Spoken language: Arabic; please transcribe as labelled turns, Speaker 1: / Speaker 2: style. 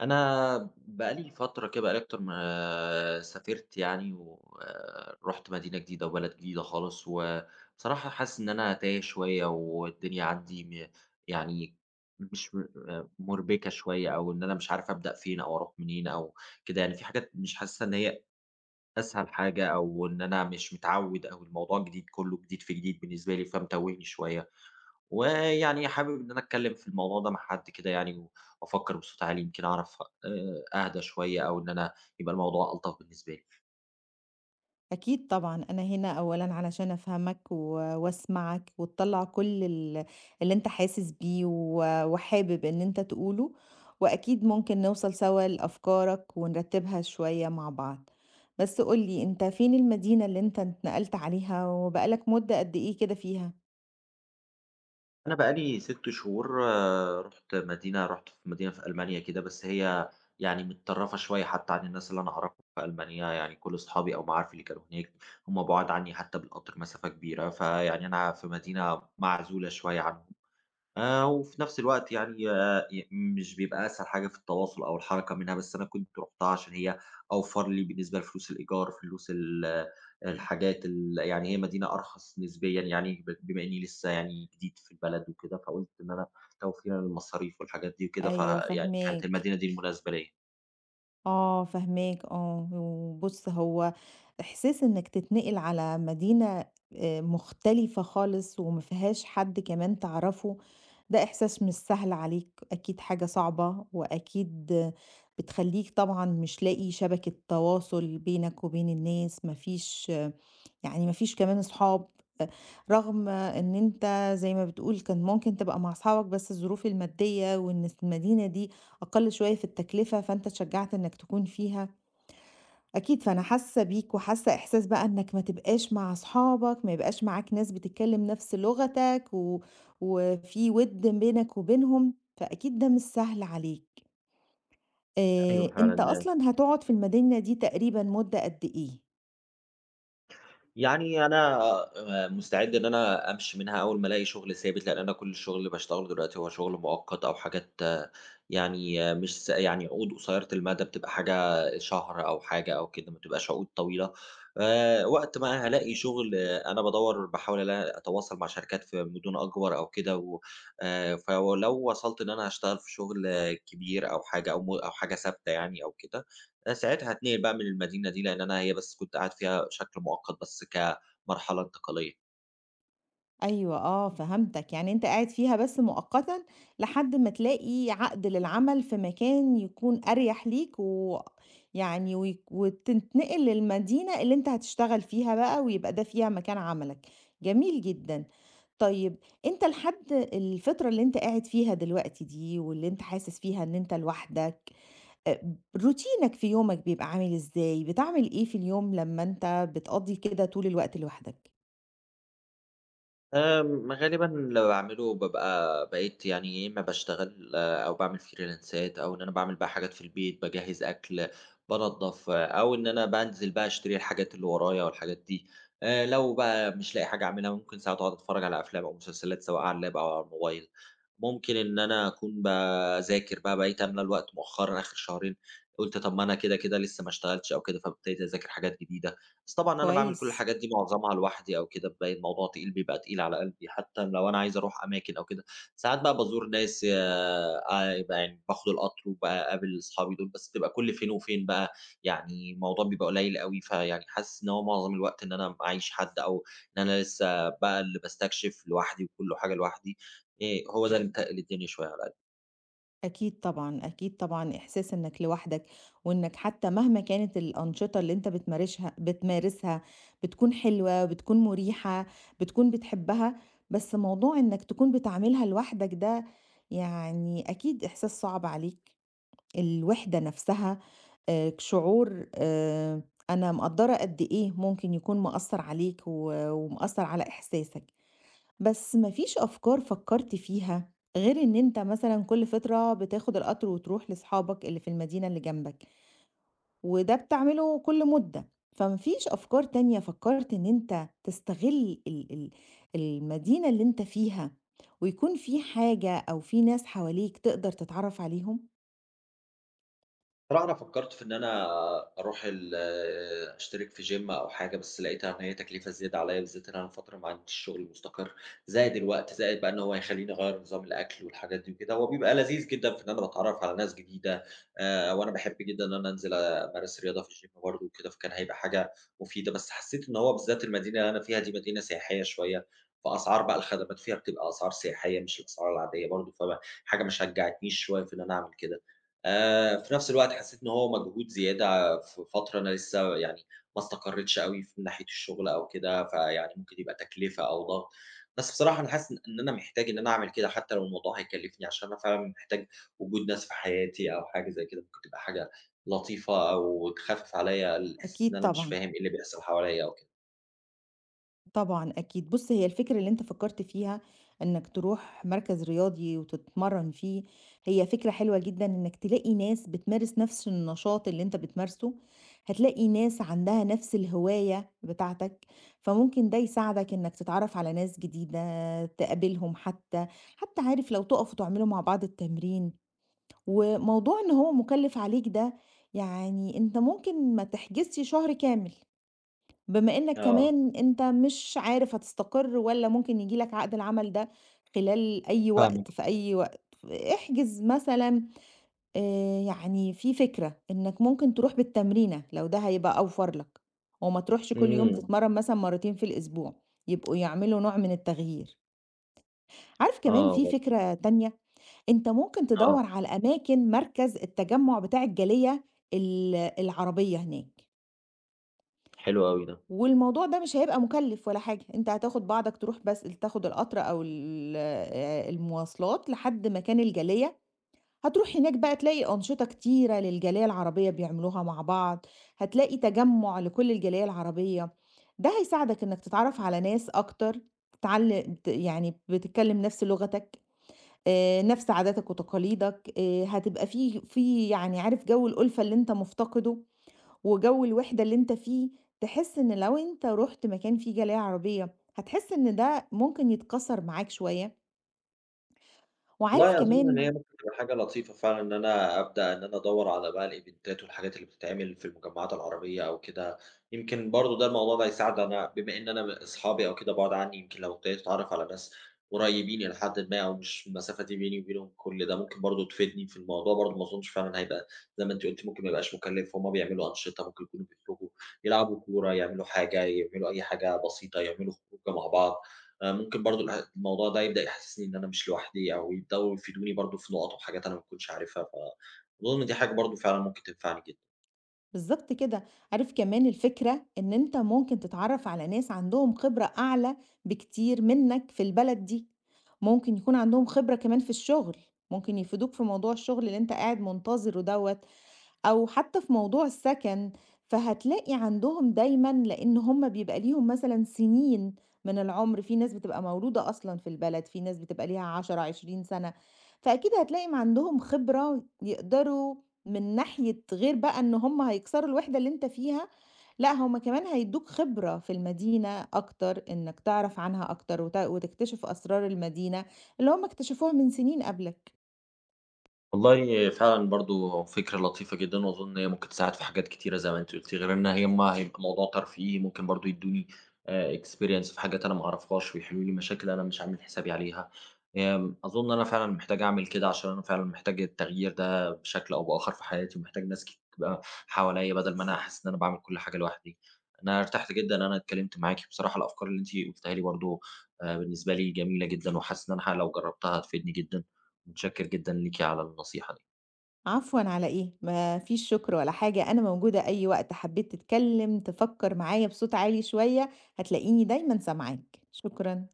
Speaker 1: أنا بقى لي فترة كده بقى لي أكتر ما سافرت يعني ورُحت مدينة جديدة وبلد جديدة خالص، وبصراحة حاسس إن أنا تايه شوية والدنيا عندي يعني مش مُربِكة شوية أو إن أنا مش عارف أبدأ فين أو أروح منين أو كده، يعني في حاجات مش حاسسها إن هي أسهل حاجة أو إن أنا مش متعوِّد أو الموضوع جديد، كُلّه جديد في جديد بالنسبة لي، فمتوِّهني شوية. ويعني حابب إن أنا أتكلّم في الموضوع ده مع حد كده يعني و وأفكّر بصوت عالي يمكن أعرف أهدى شوية أو إن أنا يبقى الموضوع ألطف بالنسبة لي.
Speaker 2: أكيد طبعًا، أنا هنا أولًا علشان أفهمك وأسمعك وتطلّع كل اللي أنت حاسس بيه، وحابب إن أنت تقوله، وأكيد ممكن نوصل سوا لأفكارك ونرتّبها شوية مع بعض. بس قُل لي أنت فين المدينة اللي أنت اتنقلت عليها وبقى لك مدة قد إيه كده فيها؟
Speaker 1: أنا بقى لي 6 شهور آه، رُحت في مدينة في ألمانيا كده، بس هي يعني متطرّفة شوية حتّى عن الناس اللي أنا أعرفهم في ألمانيا، يعني كل أصحابي أو معارفي اللي كانوا هناك هم بُعاد عني حتّى بالقطر مسافة كبيرة، فيعني أنا في مدينة معزولة شوية عنهم. وفي نفس الوقت يعني مش بيبقى أسهل حاجة في التواصل أو الحركة منها، بس أنا كنت رُحتها عشان هي أوفر لي بالنسبة لفلوس الإيجار، فلوس الحاجات يعني هي مدينة أرخص نسبيًا يعني بما إني لسه يعني جديد في البلد وكده، فقُلت إن أنا توفيرًا للمصاريف والحاجات دي وكده،
Speaker 2: أيوه
Speaker 1: فيعني كانت
Speaker 2: فاهماك.
Speaker 1: المدينة دي المناسبة ليّا.
Speaker 2: آه فاهماك، آه، وبُص هو إحساس إنك تتنقل على مدينة مختلفة خالص وما فيهاش حد كمان تعرفه، ده إحساس مش سهل عليك، أكيد حاجة صعبة، وأكيد آه، بتخلّيك طبعًا مش لاقي شبكة تواصل بينك وبين الناس، ما فيش كمان أصحاب، آآ رغم إن أنت زي ما بتقول كان ممكن تبقى مع أصحابك، بس الظروف المادية وإن في المدينة دي أقل شوية في التكلفة، فأنت اتشجعت إنك تكون فيها. أكيد، فأنا حاسة بيك وحاسة إحساس بقى إنك ما تبقاش مع أصحابك، ما يبقاش معاك ناس بتتكلم نفس لغتك، وفي وِدّ بينك وبينهم، فأكيد ده مش سهل عليك.
Speaker 1: أيوه
Speaker 2: أنت
Speaker 1: فعلًا.
Speaker 2: أصلًا هتقعد في المدينة دي تقريبًا مدة قد إيه؟
Speaker 1: يعني أنا مستعد إن أنا أمشي منها أول ما ألاقي شغل ثابت، لإن أنا كل الشغل اللي باشتغله دلوقتي هو شغل مؤقت أو حاجات آه، يعني آه، مش س يعني عقود قصيرة المدى، بتبقى حاجة شهر أو حاجة أو كده، ما بتبقاش عقود طويلة. وقت ما هالاقي شغل آه، أنا بادوّر باحاول ألا أتواصل مع شركات في مدن أكبر أو كده و فلو وصلت إن أنا هاشتغل في شغل آه، كبير أو حاجة ثابتة يعني أو كده ساعتها هاتنقل بقى من المدينة دي، لإن أنا هي بس كنت قاعد فيها بشكل مؤقت بس كمرحلة انتقالية.
Speaker 2: أيوه آه، فهمتك، يعني أنت قاعد فيها بس مؤقتًا لحد ما تلاقي عقد للعمل في مكان يكون أريح ليك، و يعني ويك وتتنقل للمدينة اللي أنت هتشتغل فيها بقى ويبقى ده فيها مكان عملك، جميل جدًا. طيب، أنت لحد الفترة اللي أنت قاعد فيها دلوقتي دي واللي أنت حاسس فيها إن أنت لوحدك، روتينك في يومك بيبقى عامل إزاي؟ بتعمل إيه في اليوم لمّا أنت بتقضّي كده طول الوقت لوحدك؟
Speaker 1: غالبًا لمّا باعمله بابقى بقيت يعني يا إما باشتغل أو باعمل فريلانسات أو إن أنا باعمل بقى حاجات في البيت، باجهّز أكل، بانضّف، أو إن أنا بانزل بقى أشتري الحاجات اللي ورايا والحاجات دي. لو بقى مش لاقي حاجة أعملها ممكن ساعات أقعد أتفرّج على أفلام أو مسلسلات سواء على اللاب أو على الموبايل. ممكن إن أنا أكون باذاكر بقى، بقيت أملى الوقت مؤخرًا آخر شهرين، قُلت طب ما أنا كده لسه ما اشتغلتش أو كده، فابتديت أذاكر حاجات جديدة. بس
Speaker 2: طب
Speaker 1: طبعًا أنا باعمل كل
Speaker 2: كويس.
Speaker 1: الحاجات دي معظمها لوحدي أو كده، بالاقي الموضوع تقيل بيبقى تقيل على قلبي، حتى لو أنا عايز أروح أماكن أو كده، ساعات بقى بازور ناس يبقى يعني باخد القطر وباقابل أصحابي دول، بس بتبقى كل فين وفين بقى، يعني الموضوع بيبقى قليل أوي، فيعني حاسس إن هو معظم الوقت إن أنا معييش حد أو إن أنا لسه بقى اللي باستكشف لوحدي وكل حاجة لوحدي، آآ، هو ده اللي متقِّل الدنيا شوية على قلبي.
Speaker 2: أكيد طبعًا، أكيد طبعًا، إحساس إنك لوحدك، وإنك حتى مهما كانت الأنشطة اللي أنت بتمارشها بتمارسها بتكون حلوة، بتكون مريحة، بتكون بتحبها، بس موضوع إنك تكون بتعملها لوحدك ده، يعني أكيد إحساس صعب عليك، الوحدة نفسها شعور. أنا مقدّرة قد إيه ممكن يكون مأثّر عليك، ومأثّر على إحساسك. بس ما فيش أفكار فكرت فيها غير إن أنت مثلًا كل فترة بتاخد القطر وتروح لأصحابك اللي في المدينة اللي جنبك، وده بتعمله كل مدة، فما فيش أفكار تانية فكرت إن أنت تستغل ال ال المدينة اللي أنت فيها ويكون في حاجة أو في ناس حواليك تقدر تتعرف عليهم؟
Speaker 1: بصراحة أنا فكّرت في إن أنا أروح ال أشترك في gym أو حاجة، بس لقيتها إن هي تكلفة زيادة عليّا، بالذات إن أنا من فترة ما عنديش شغل مستقر، زائد الوقت، زائد بقى إن هو هيخلّيني أغيّر نظام الأكل والحاجات دي وكده. هو بيبقى لذيذ جدًا في إن أنا باتعرّف على ناس جديدة، وأنا باحب جدًا إن أنا أنزل أمارس رياضة في الgym برضه وكده، فكان هيبقى حاجة مفيدة. بس حسّيت إن هو بالذات المدينة اللي أنا فيها دي مدينة سياحية شوية، فأسعار بقى الخدمات فيها بتبقى أسعار سياحية مش الأسعار العادية برضه، فما حاجة ما شجّعتنيش شوية في إن أنا أعمل كده. في نفس الوقت حسّيت إن هو مجهود زيادة في فترة أنا لسه يعني ما استقرّيتش أوي في من ناحية الشغل أو كده، فيعني ممكن يبقى تكلفة أو ضغط. بس بصراحة أنا حاسس إن أنا محتاج إن أنا أعمل كده حتّى لو الموضوع هيكلّفني، عشان أنا فعلًا محتاج وجود ناس في حياتي أو حاجة زي كده، ممكن تبقى حاجة لطيفة أو تخفِّف عليّا الإحساس إن
Speaker 2: أكيد
Speaker 1: أنا مش
Speaker 2: طبعًا.
Speaker 1: فاهم إيه اللي بيحصل حواليّا أو كده.
Speaker 2: طبعًا أكيد. بُص، هي الفكرة اللي أنت فكّرت فيها إنّك تروح مركز رياضي وتتمرّن فيه، هي فكرة حلوة جدًا إنّك تلاقي ناس بتمارس نفس النشاط اللي أنت بتمارسه، هتلاقي ناس عندها نفس الهواية بتاعتك، فممكن ده يساعدك إنّك تتعرّف على ناس جديدة، تقابلهم حتّى، حتّى عارف لو تقفوا تعملوا مع بعض التمرين، وموضوع إن هو مُكلِّف عليك ده، يعني أنت ممكن ما تحجزش شهر كامل. بما إنك
Speaker 1: آه.
Speaker 2: كمان أنت مش عارف هتستقر والّا ممكن ييجي لك عقد العمل ده خلال أي وقت،
Speaker 1: فاهمك.
Speaker 2: في أي وقت، احجز مثلًا. يعني في فكرة إنك ممكن تروح بالتمرينة لو ده هيبقى أوفر لك، وما تروحش كل يوم،
Speaker 1: إمم.
Speaker 2: تتمرن مثلًا مرتين في الأسبوع، يبقوا يعملوا نوع من التغيير. عارف كمان في
Speaker 1: آه،
Speaker 2: فكرة تانية، أنت ممكن
Speaker 1: آه،
Speaker 2: تدوّر على أماكن مركز التجمع بتاع الجالية ال العربية هناك.
Speaker 1: حلو أوي ده.
Speaker 2: والموضوع ده مش هيبقى مكلف ولا حاجة، انت هتاخد بعضك تروح بس، تاخد القطر او المواصلات لحد مكان الجالية، هتروح هناك بقى تلاقي أنشطة كتيرة للجالية العربية بيعملوها مع بعض، هتلاقي تجمع لكل الجالية العربية، ده هيساعدك انك تتعرف على ناس اكتر، تتعلم ت- يعني بتتكلم نفس لغتك، آه، نفس عاداتك وتقاليدك، آه، هتبقى في يعني عارف جو الألفة اللي انت مفتقده وجو الوحدة اللي أنت فيه، تحس إن لو أنت رُحت مكان فيه جالية عربية، هتحس إن ده ممكن يتكسر معاك شوية، وعارف
Speaker 1: والله أظن إن
Speaker 2: كمان.
Speaker 1: هي ممكن تبقى حاجة لطيفة فعلًا إن أنا أبدأ إن أنا أدوّر على بقى الإيفنتات والحاجات اللي بتتعمل في المجمعات العربية أو كده، يمكن برضه ده الموضوع ده هيساعد أنا بما إن أنا أصحابي أو كده بُعاد عني، يمكن لو ابتديت أتعرّف على ناس قريّبين إلى حدٍ ما أو مش المسافة دي بيني وبينهم كل ده، ممكن برضه تفيدني في الموضوع برضه ما أظنش فعلًا هيبقى زي ما أنتِ قُلتِ ممكن ما يبقاش مُكلِّف، هُم بيعملوا أنشطة، ممكن يكونوا بيخرجوا يلعبوا كورة، يعملوا حاجة، يعملوا أي حاجة بسيطة، يعملوا خروجة مع بعض. ممكن برضه الموضوع ده يبدأ يحسّسني إن أنا مش لوحدي أو يبدؤوا يفيدوني برضه في نُقَط وحاجات أنا ما باكونش عارفها، أظن دي حاجة برضه فعلًا ممكن تنفعني جدًا.
Speaker 2: بالضبط كده، عارف كمان الفكرة إن أنت ممكن تتعرّف على ناس عندهم خبرة أعلى بكتير منك في البلد دي، ممكن يكون عندهم خبرة كمان في الشغل، ممكن يفيدوك في موضوع الشغل اللي أنت قاعد منتظره دوّة، أو حتى في موضوع السكن، فهتلاقي عندهم دايمًا، لإن هم بيبقى ليهم مثلًا سنين من العمر، في ناس بتبقى مولودة أصلًا في البلد، في ناس بتبقى ليها 10، 20 سنة، فأكيد هتلاقي م عندهم خبرة يقدروا من ناحية، غير بقى إن هم هيكسروا الوحدة اللي أنت فيها، لأ هم كمان هيدوك خبرة في المدينة أكتر، إنك تعرف عنها أكتر وتكتشف أسرار المدينة اللي هم اكتشفوها من سنين قبلك.
Speaker 1: والله فعلًا برضه فكرة لطيفة جدًا، وأظن هي ممكن تساعد في حاجات كتيرة زي ما أنتِ قُلتِ، غير إن هي ما هيبقى موضوع ترفيهي، ممكن برضه يدّوني experience في حاجات أنا ما أعرفهاش، ويحلوا لي مشاكل أنا مش عامل حسابي عليها. أظن أنا فعلًا محتاج أعمل كده، عشان أنا فعلًا محتاج التغيير ده بشكل أو بآخر في حياتي، ومحتاج ناس تبقى حواليّا بدل ما أنا أحس إن أنا باعمل كل حاجة لوحدي. أنا ارتحت جدًا إن أنا اتكلمت معاكِ، بصراحة الأفكار اللي أنتِ قُلتيها لي برضه بالنسبة لي جميلة جدًا، وحاسس إن أنا لو جربتها هتفيدني جدًا. متشكر جدًا ليكِ على النصيحة دي.
Speaker 2: عفوًا، على إيه، ما فيش شكر ولا حاجة، أنا موجودة أي وقت حبيت تتكلم، تفكر معايا بصوت عالي شوية، هتلاقيني دايمًا سامعاك، شكرًا.